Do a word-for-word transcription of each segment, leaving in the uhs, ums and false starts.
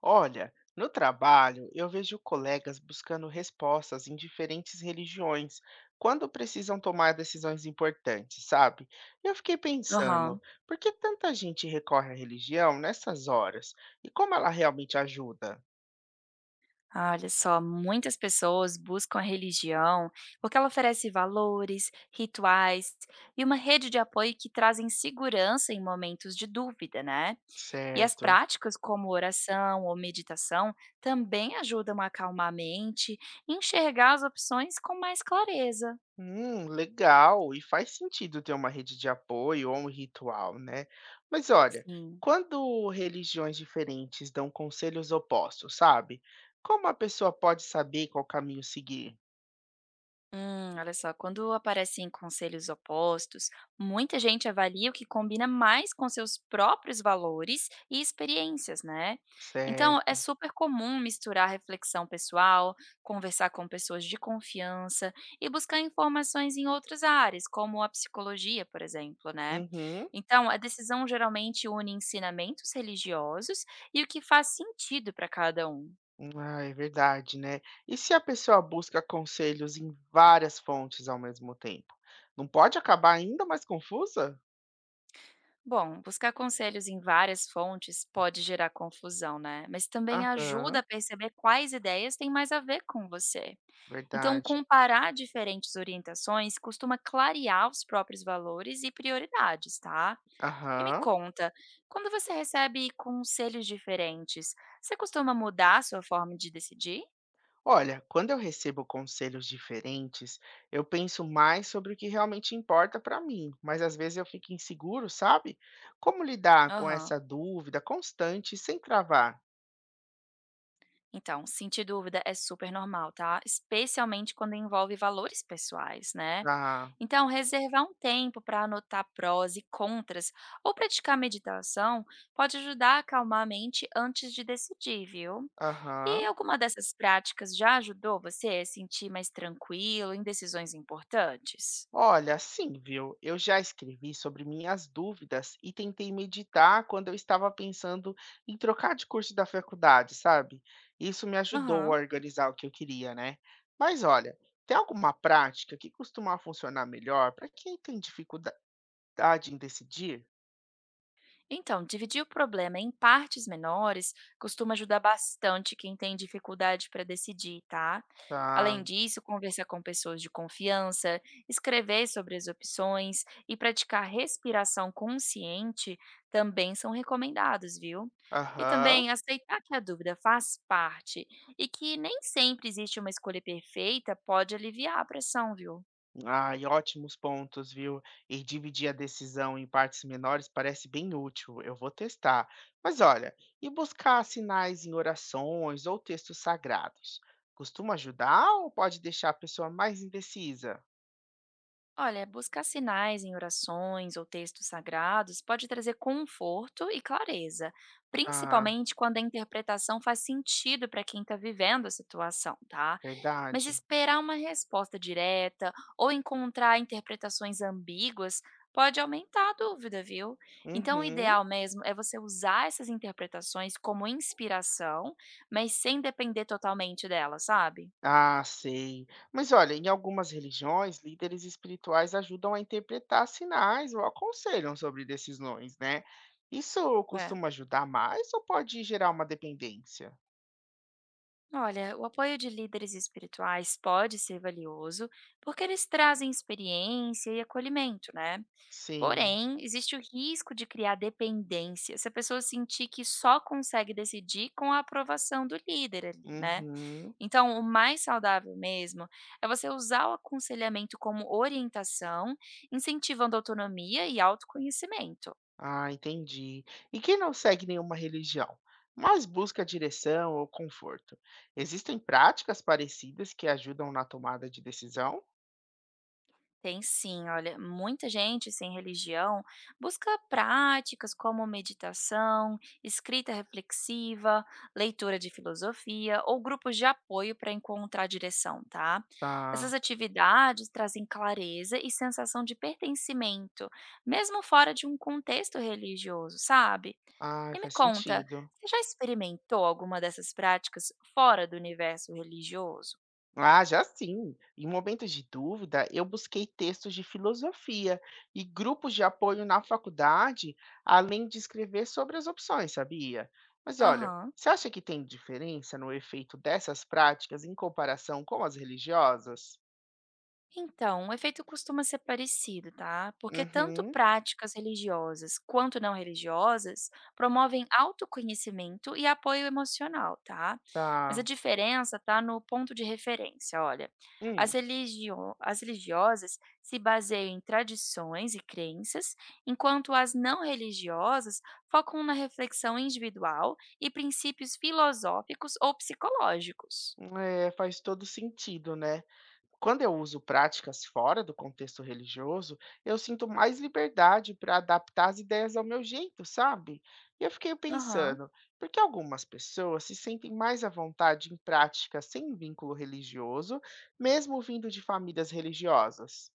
Olha, no trabalho eu vejo colegas buscando respostas em diferentes religiões quando precisam tomar decisões importantes, sabe? E Eu fiquei pensando, Aham. por que tanta gente recorre à religião nessas horas? E como ela realmente ajuda? Ah, olha só, muitas pessoas buscam a religião porque ela oferece valores, rituais e uma rede de apoio que trazem segurança em momentos de dúvida, né? E as Certo. práticas como oração ou meditação também ajudam a acalmar a mente e enxergar as opções com mais clareza. Hum, legal. E faz sentido ter uma rede de apoio ou um ritual, né? Mas olha, Sim. quando religiões diferentes dão conselhos opostos, sabe? Como a pessoa pode saber qual caminho seguir? Hum, olha só, quando aparecem conselhos opostos, muita gente avalia o que combina mais com seus próprios valores e experiências, né? Então, é Certo. super comum misturar reflexão pessoal, conversar com pessoas de confiança e buscar informações em outras áreas, como a psicologia, por exemplo, né? Uhum. Então, a decisão geralmente une ensinamentos religiosos e o que faz sentido para cada um. Ah, é verdade, né? E se a pessoa busca conselhos em várias fontes ao mesmo tempo? Não pode acabar ainda mais confusa? Bom, buscar conselhos em várias fontes pode gerar confusão, né? Mas também ajuda Aham, a perceber quais ideias têm mais a ver com você. Então, verdade. comparar diferentes orientações costuma clarear os próprios valores e prioridades, tá? E me Aham. conta, quando você recebe conselhos diferentes, você costuma mudar a sua forma de decidir? Olha, quando eu recebo conselhos diferentes, eu penso mais sobre o que realmente importa para mim, mas às vezes eu fico inseguro, sabe? Como lidar com Aham. essa dúvida constante sem travar? Então, sentir dúvida é super normal, tá? Especialmente quando envolve valores pessoais, né? Ah, Então, reservar um tempo para anotar prós e contras ou praticar meditação pode ajudar a acalmar a mente antes de decidir, viu? E aham. alguma dessas práticas já ajudou você a se sentir mais tranquilo em decisões importantes? Olha, sim, viu? Eu já escrevi sobre minhas dúvidas e tentei meditar quando eu estava pensando em trocar de curso da faculdade, sabe? Isso me ajudou a Aham. organizar o que eu queria, né? Mas olha, tem alguma prática que costuma funcionar melhor para quem tem dificuldade em decidir? Então, dividir o problema em partes menores costuma ajudar bastante quem tem dificuldade para decidir, tá? Tá. Além disso, conversar com pessoas de confiança, escrever sobre as opções e praticar respiração consciente também são recomendados, viu? E Aham. também aceitar que a dúvida faz parte e que nem sempre existe uma escolha perfeita pode aliviar a pressão, viu? Ai, ótimos pontos, viu? E dividir a decisão em partes menores parece bem útil. Eu vou testar. Mas olha, e buscar sinais em orações ou textos sagrados? Costuma ajudar ou pode deixar a pessoa mais indecisa? Olha, buscar sinais em orações ou textos sagrados pode trazer conforto e clareza, Ah, principalmente quando a interpretação faz sentido para quem está vivendo a situação, tá? Mas verdade. esperar uma resposta direta ou encontrar interpretações ambíguas pode aumentar a dúvida, viu? Então, o Uhum. ideal mesmo é você usar essas interpretações como inspiração, mas sem depender totalmente delas, sabe? Ah, sei. Mas olha, em algumas religiões, líderes espirituais ajudam a interpretar sinais ou aconselham sobre decisões, né? Isso É. costuma ajudar mais ou pode gerar uma dependência? Olha, o apoio de líderes espirituais pode ser valioso porque eles trazem experiência e acolhimento, né? Sim. Porém, existe o risco de criar dependência se a pessoa sentir que só consegue decidir com a aprovação do líder ali, né? Uhum. Então, o mais saudável mesmo é você usar o aconselhamento como orientação, incentivando autonomia e autoconhecimento. Ah, entendi. E quem não segue nenhuma religião, mas busca direção ou conforto, existem práticas parecidas que ajudam na tomada de decisão? Tem sim, olha, muita gente sem religião busca práticas como meditação, escrita reflexiva, leitura de filosofia ou grupos de apoio para encontrar direção, tá? Tá. Essas atividades trazem clareza e sensação de pertencimento, mesmo fora de um contexto religioso, sabe? Ah, E me faz conta, sentido. você já experimentou alguma dessas práticas fora do universo religioso? Ah, já sim. Em momentos de dúvida, eu busquei textos de filosofia e grupos de apoio na faculdade, além de escrever sobre as opções, sabia? Mas olha, Aham. você acha que tem diferença no efeito dessas práticas em comparação com as religiosas? Então, o efeito costuma ser parecido, tá? Porque tanto Uhum, práticas religiosas quanto não religiosas promovem autoconhecimento e apoio emocional, tá? Mas a tá. diferença tá no ponto de referência, olha. As, Hum, religio- As religiosas se baseiam em tradições e crenças, enquanto as não religiosas focam na reflexão individual e princípios filosóficos ou psicológicos. é, faz todo sentido, né? Quando eu uso práticas fora do contexto religioso, eu sinto mais liberdade para adaptar as ideias ao meu jeito, sabe? E eu fiquei Aham. pensando, por que algumas pessoas se sentem mais à vontade em práticas sem vínculo religioso, mesmo vindo de famílias religiosas?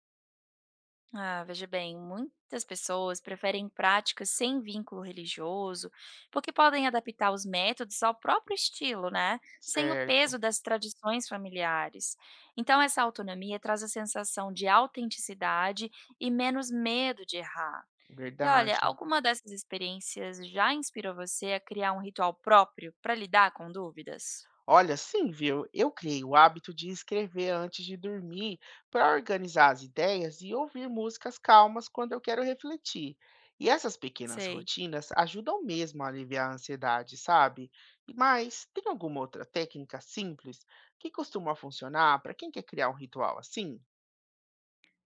Ah, veja bem, muitas pessoas preferem práticas sem vínculo religioso, porque podem adaptar os métodos ao próprio estilo, né? Sem o Certo, peso das tradições familiares. Então, essa autonomia traz a sensação de autenticidade e menos medo de errar. E olha, verdade. alguma dessas experiências já inspirou você a criar um ritual próprio para lidar com dúvidas? Olha, sim, viu? Eu criei o hábito de escrever antes de dormir para organizar as ideias e ouvir músicas calmas quando eu quero refletir. E essas pequenas Sei. rotinas ajudam mesmo a aliviar a ansiedade, sabe? E- Mas tem alguma outra técnica simples que costuma funcionar para quem quer criar um ritual assim?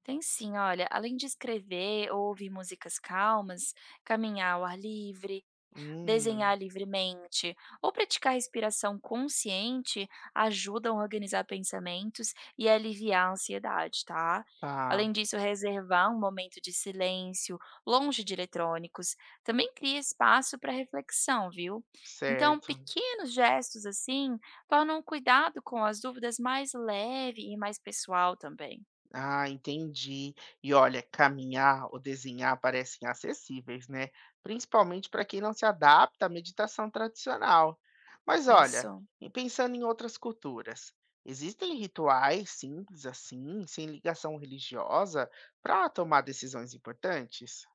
Tem sim, olha, além de escrever ou ouvir músicas calmas, caminhar ao ar livre, Hum, desenhar livremente ou praticar respiração consciente ajudam a organizar pensamentos e aliviar a ansiedade, tá? tá, Além disso, reservar um momento de silêncio longe de eletrônicos também cria espaço para reflexão, viu? Então, certo. pequenos gestos assim tornam o cuidado com as dúvidas mais leve e mais pessoal também. Ah, entendi. E olha, caminhar ou desenhar parecem acessíveis, né? Principalmente para quem não se adapta à meditação tradicional. Mas olha, Isso. e pensando em outras culturas, existem rituais simples assim, sem ligação religiosa, para tomar decisões importantes?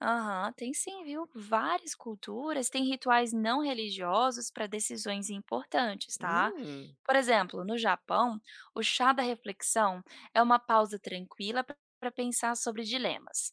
Aham, tem sim, viu? Várias culturas têm rituais não religiosos para decisões importantes, tá? Hum, Por exemplo, no Japão, o chá da reflexão é uma pausa tranquila para pensar sobre dilemas.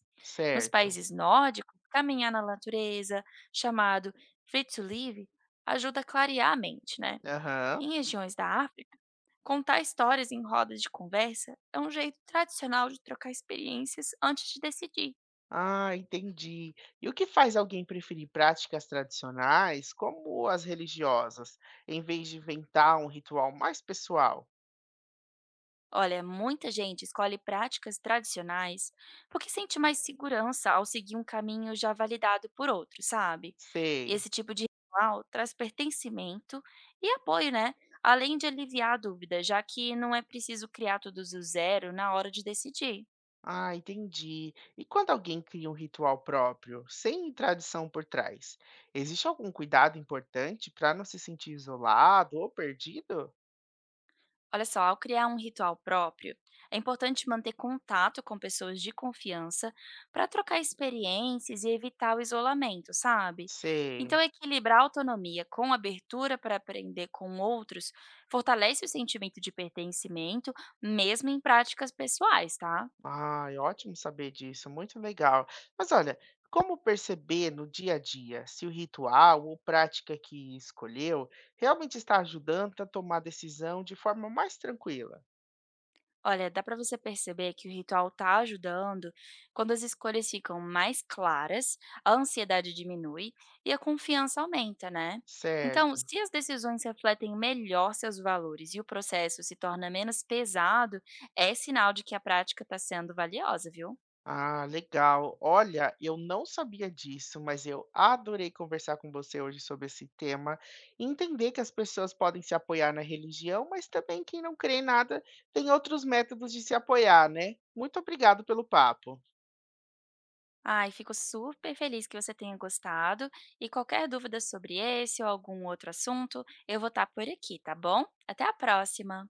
Nos certo. países nórdicos, caminhar na natureza, chamado Free to Live, ajuda a clarear a mente, né? Aham. Em regiões da África, contar histórias em rodas de conversa é um jeito tradicional de trocar experiências antes de decidir. Ah, entendi. E o que faz alguém preferir práticas tradicionais, como as religiosas, em vez de inventar um ritual mais pessoal? Olha, muita gente escolhe práticas tradicionais porque sente mais segurança ao seguir um caminho já validado por outros, sabe? E Sei. esse tipo de ritual traz pertencimento e apoio, né? Além de aliviar a dúvida, já que não é preciso criar tudo do zero na hora de decidir. Ah, entendi. E quando alguém cria um ritual próprio, sem tradição por trás, existe algum cuidado importante para não se sentir isolado ou perdido? Olha só, ao criar um ritual próprio, é importante manter contato com pessoas de confiança para trocar experiências e evitar o isolamento, sabe? Sei. Então, equilibrar a autonomia com abertura para aprender com outros fortalece o sentimento de pertencimento, mesmo em práticas pessoais, tá? Ai, ótimo saber disso, muito legal. Mas olha, como perceber no dia a dia se o ritual ou prática que escolheu realmente está ajudando a tomar a decisão de forma mais tranquila? Olha, dá para você perceber que o ritual está ajudando quando as escolhas ficam mais claras, a ansiedade diminui e a confiança aumenta, né? Então, Certo. se as decisões refletem melhor seus valores e o processo se torna menos pesado, é sinal de que a prática está sendo valiosa, viu? Ah, legal. Olha, eu não sabia disso, mas eu adorei conversar com você hoje sobre esse tema e entender que as pessoas podem se apoiar na religião, mas também quem não crê em nada tem outros métodos de se apoiar, né? Muito obrigado pelo papo. Ai, fico super feliz que você tenha gostado. E qualquer dúvida sobre esse ou algum outro assunto, eu vou estar por aqui, tá bom? Até a próxima!